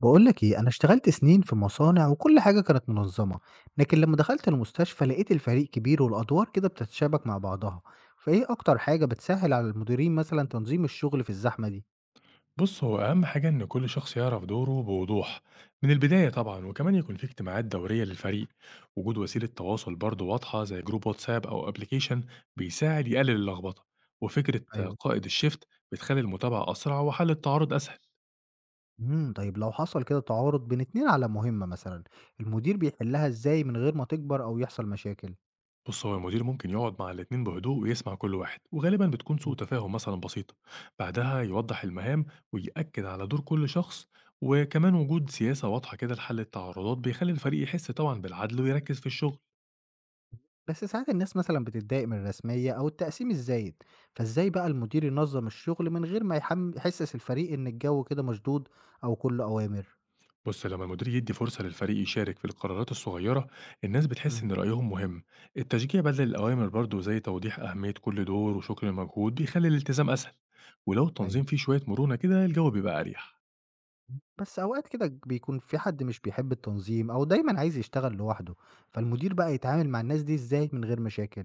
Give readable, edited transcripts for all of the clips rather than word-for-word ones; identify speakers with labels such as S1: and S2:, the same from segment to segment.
S1: بقولك ايه انا اشتغلت سنين في مصانع وكل حاجة كانت منظمة. لكن لما دخلت المستشفى لقيت الفريق كبير والادوار كده بتتشابك مع بعضها. فايه اكتر حاجة بتسهل على المديرين مثلا تنظيم الشغل في الزحمة دي؟
S2: بص، هو أهم حاجة إن كل شخص يعرف دوره بوضوح من البداية طبعا، وكمان يكون في اجتماعات دورية للفريق. وجود وسيلة تواصل برضه واضحة زي جروب واتساب أو أبليكيشن بيساعد يقلل اللخبطة، وفكرة
S1: ايوه.
S2: قائد الشيفت بتخلي المتابعة أسرع وحل التعارض أسهل.
S1: طيب لو حصل كده تعارض بين اتنين على مهمة مثلا المدير بيحلها ازاي من غير ما تكبر او يحصل مشاكل؟
S2: بص، هو المدير ممكن يقعد مع الاتنين بهدوء ويسمع كل واحد، وغالبا بتكون
S1: مم.
S2: سوء تفاهم مثلا بسيطة. بعدها يوضح المهام ويأكد على دور كل شخص، وكمان وجود سياسة واضحة كده لحل التعارضات بيخلي الفريق يحس طبعا بالعدل ويركز في الشغل.
S1: بس ساعات الناس مثلا بتتضايق من الرسمية او التقسيم الزايد. فازاي بقى المدير ينظم الشغل من غير ما يحسس الفريق ان الجو كده مشدود او كله اوامر؟
S2: بص، لما المدير يدي فرصة للفريق يشارك في القرارات الصغيرة، الناس بتحس إن رأيهم مهم. التشجيع بدل الأوامر برضه، زي توضيح أهمية كل دور وشكر المجهود، بيخلي الالتزام أسهل، ولو
S1: أيوه.
S2: التنظيم فيه شوية مرونة كده الجو بيبقى أريح.
S1: بس أوقات كده بيكون في حد مش بيحب التنظيم أو دايمًا عايز يشتغل لوحده، فالمدير بقى يتعامل مع الناس دي إزاي من غير مشاكل؟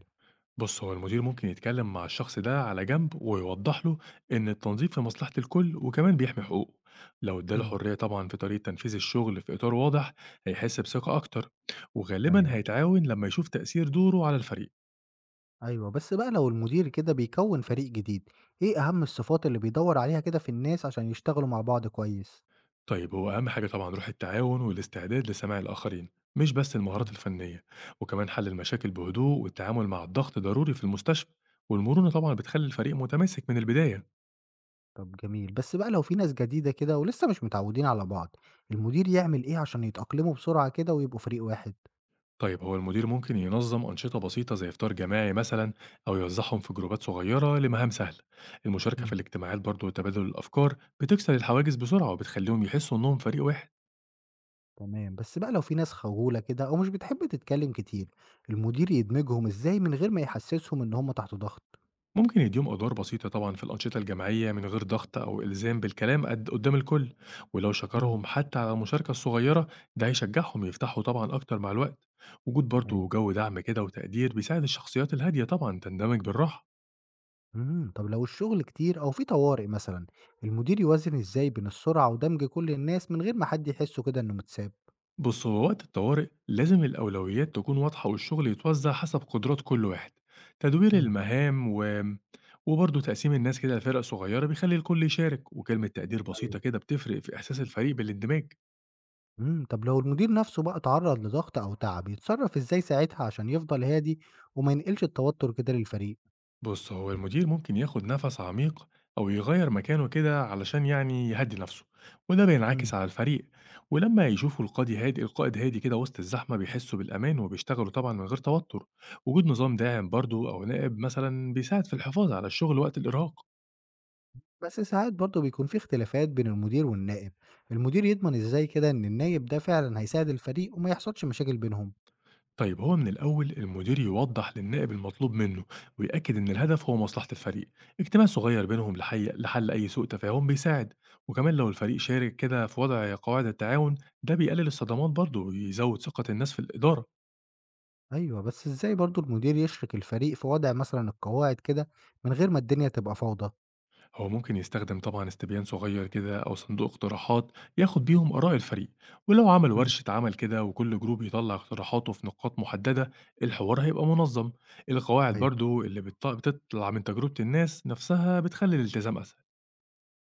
S2: بص، هو المدير ممكن يتكلم مع الشخص ده على جنب ويوضح له إن التنظيم في مصلحة الكل وكمان بيحمي حقوقه. لو اداله
S1: امم.
S2: حرية طبعا في طريقة تنفيذ الشغل في إطار واضح، هيحس بثقة أكتر، وغالبا
S1: أيوه،
S2: هيتعاون لما يشوف تأثير دوره على الفريق.
S1: أيوه. بس بقى لو المدير كده بيكوّن فريق جديد، إيه أهم الصفات اللي بيدوّر عليها كده في الناس عشان يشتغلوا مع بعض كويس؟
S2: طيب، هو أهم حاجة طبعًا روح التعاون والاستعداد لسماع الآخرين، مش بس المهارات
S1: امم.
S2: الفنية، وكمان حل المشاكل بهدوء والتعامل مع الضغط ضروري في المستشفى، والمرونة طبعًا بتخلي الفريق متماسك من البداية.
S1: طب جميل. بس بقى لو في ناس جديدة كده ولسه مش متعودين على بعض، المدير يعمل إيه عشان يتأقلموا بسرعة كده ويبقوا فريق واحد؟
S2: طيب، هو المدير ممكن ينظم أنشطة بسيطة زي إفطار جماعي مثلًا، أو يوزعهم في جروبات صغيرة لمهام سهلة. المشاركة
S1: امم.
S2: في الاجتماعات برضه وتبادل الأفكار بتكسر الحواجز بسرعة وبتخليهم يحسوا إنهم فريق واحد.
S1: تمام، بس بقى لو في ناس خجولة كده أو مش بتحب تتكلم كتير، المدير يدمجهم إزاي من غير ما يحسسهم إن هم تحت ضغط؟
S2: ممكن يديهم أدوار بسيطة طبعا في الأنشطة الجماعية من غير ضغط أو إلزام بالكلام قد قدام الكل، ولو
S1: مم.
S2: شكرهم حتى على المشاركة الصغيرة، ده هيشجعهم يفتحوا طبعا أكتر مع الوقت. وجود
S1: أيوة.
S2: برضه جو دعم كده وتقدير بيساعد الشخصيات الهادية طبعا تندمج بالراحة.
S1: طب لو الشغل كتير أو في طوارئ مثلا، المدير يوازن إزاي بين السرعة ودمج كل الناس من غير ما حد يحسه كده إنه متساب؟
S2: بص، هو وقت الطوارئ لازم الأولويات تكون واضحة والشغل يتوزع حسب قدرات كل واحد. تدوير
S1: مم.
S2: المهام وبرضه تقسيم الناس كده لفرق صغيرة بيخلي الكل يشارك، وكلمة تقدير
S1: أيوة.
S2: بسيطة كده بتفرق في إحساس الفريق بالاندماج.
S1: طب لو المدير نفسه بقى اتعرض لضغط أو تعب، يتصرف إزاي ساعتها عشان يفضل هادي وما ينقلش التوتر كده للفريق؟
S2: بُص، هو المدير ممكن ياخد نَفَس عميق أو يغيّر مكانه كده علشان يعني يهدّي نَفْسه، وده بينعكس على الفريق، ولمّا يشوفوا القاضي هادي القائد هادي كده وسط الزحمة بيحسّوا بالأمان وبيشتغلوا طبعًا من غير توتر. وجود نظام داعم برضه أو نائب مثلًا بيساعد في الحفاظ على الشغل وقت الإرهاق.
S1: بس ساعات برضه بيكون في اختلافات بين المدير والنائب. المدير يضمن ازاي كده ان النائب ده فعلا هيساعد الفريق وما يحصلش مشاكل بينهم؟
S2: طيب، هو من الأول المدير يوضح للنائب المطلوب منه ويأكد إن الهدف هو مصلحة الفريق، اجتماع صغير بينهم لحل أي سوء تفاهم بيساعد، وكمان لو الفريق شارك كده في وضع قواعد التعاون، ده بيقلل الصدمات برضه ويزود ثقة الناس في الإدارة.
S1: ايوه، بس ازاي برضه المدير يشرك الفريق في وضع مثلا القواعد كده من غير ما الدنيا تبقى فوضى؟
S2: هو ممكن يستخدم طبعا استبيان صغير كده أو صندوق اقتراحات ياخد بيهم آراء الفريق، ولو عمل
S1: مم.
S2: ورشة عمل كده وكل جروب يطلع اقتراحاته في نقاط محددة، الحوار هيبقى منظم. القواعد
S1: ايوه.
S2: برضو اللي بتطلع من تجربة الناس نفسها بتخلي الالتزام أسهل.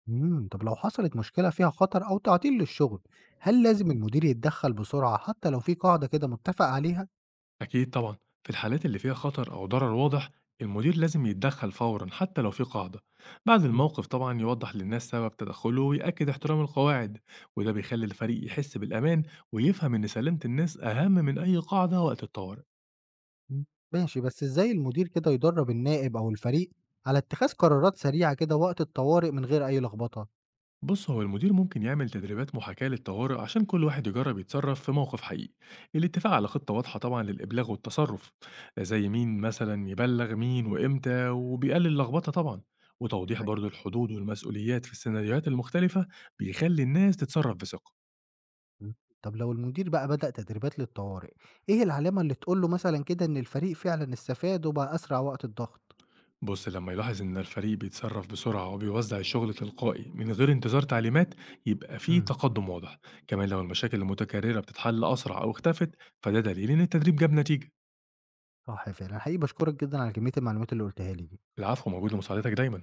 S1: طب لو حصلت مشكلة فيها خطر او تعطيل للشغل هل لازم المدير يتدخل بسرعة حتى لو في قاعدة كده متفق عليها؟
S2: أكيد طبعًا، في الحالات اللي فيها خطر أو ضرر واضح، المدير لازم يتدخل فورًا حتى لو في قاعدة. بعد
S1: مم.
S2: الموقف طبعًا يوضح للناس سبب تدخله ويأكد احترام القواعد، وده بيخلي الفريق يحس بالأمان ويفهم إن سلامة الناس أهم من أي قاعدة وقت الطوارئ.
S1: مم. ماشي، بس ازاي المدير كده يدرب النائب او الفريق على اتخاذ قرارات سريعة كده وقت الطوارئ من غير اي لخبطة؟
S2: بص، هو المدير ممكن يعمل تدريبات محاكاة للطوارئ عشان كل واحد يجرب يتصرف في موقف حقيقي. الاتفاق على خطة واضحة طبعا للإبلاغ والتصرف، زي مين مثلا يبلغ مين وإمتى، وبيقلل اللخبطة طبعا، وتوضيح برضو الحدود والمسؤوليات في السيناريوهات المختلفة بيخلي الناس تتصرف بثقة.
S1: إمم. طب لو المدير بقى بدأ تدريبات للطوارئ، إيه العلامة اللي تقول له مثلًا كده إن الفريق فعلًا استفاد وبقى أسرع وقت الضغط؟
S2: بص، لما يلاحظ إن الفريق بيتصرف بسرعة وبيوزع الشغل تلقائي من غير انتظار تعليمات، يبقى فيه
S1: إمم.
S2: تقدم واضح. كمان لو المشاكل المتكررة بتتحل أسرع أو اختفت، فده دليل إن التدريب جاب نتيجة.
S1: صح فعلًا، حقيقي باشكرك جدًا على كمية المعلومات اللي قُلتها لي دي.
S2: العفو، موجود لمساعدتك دايمًا.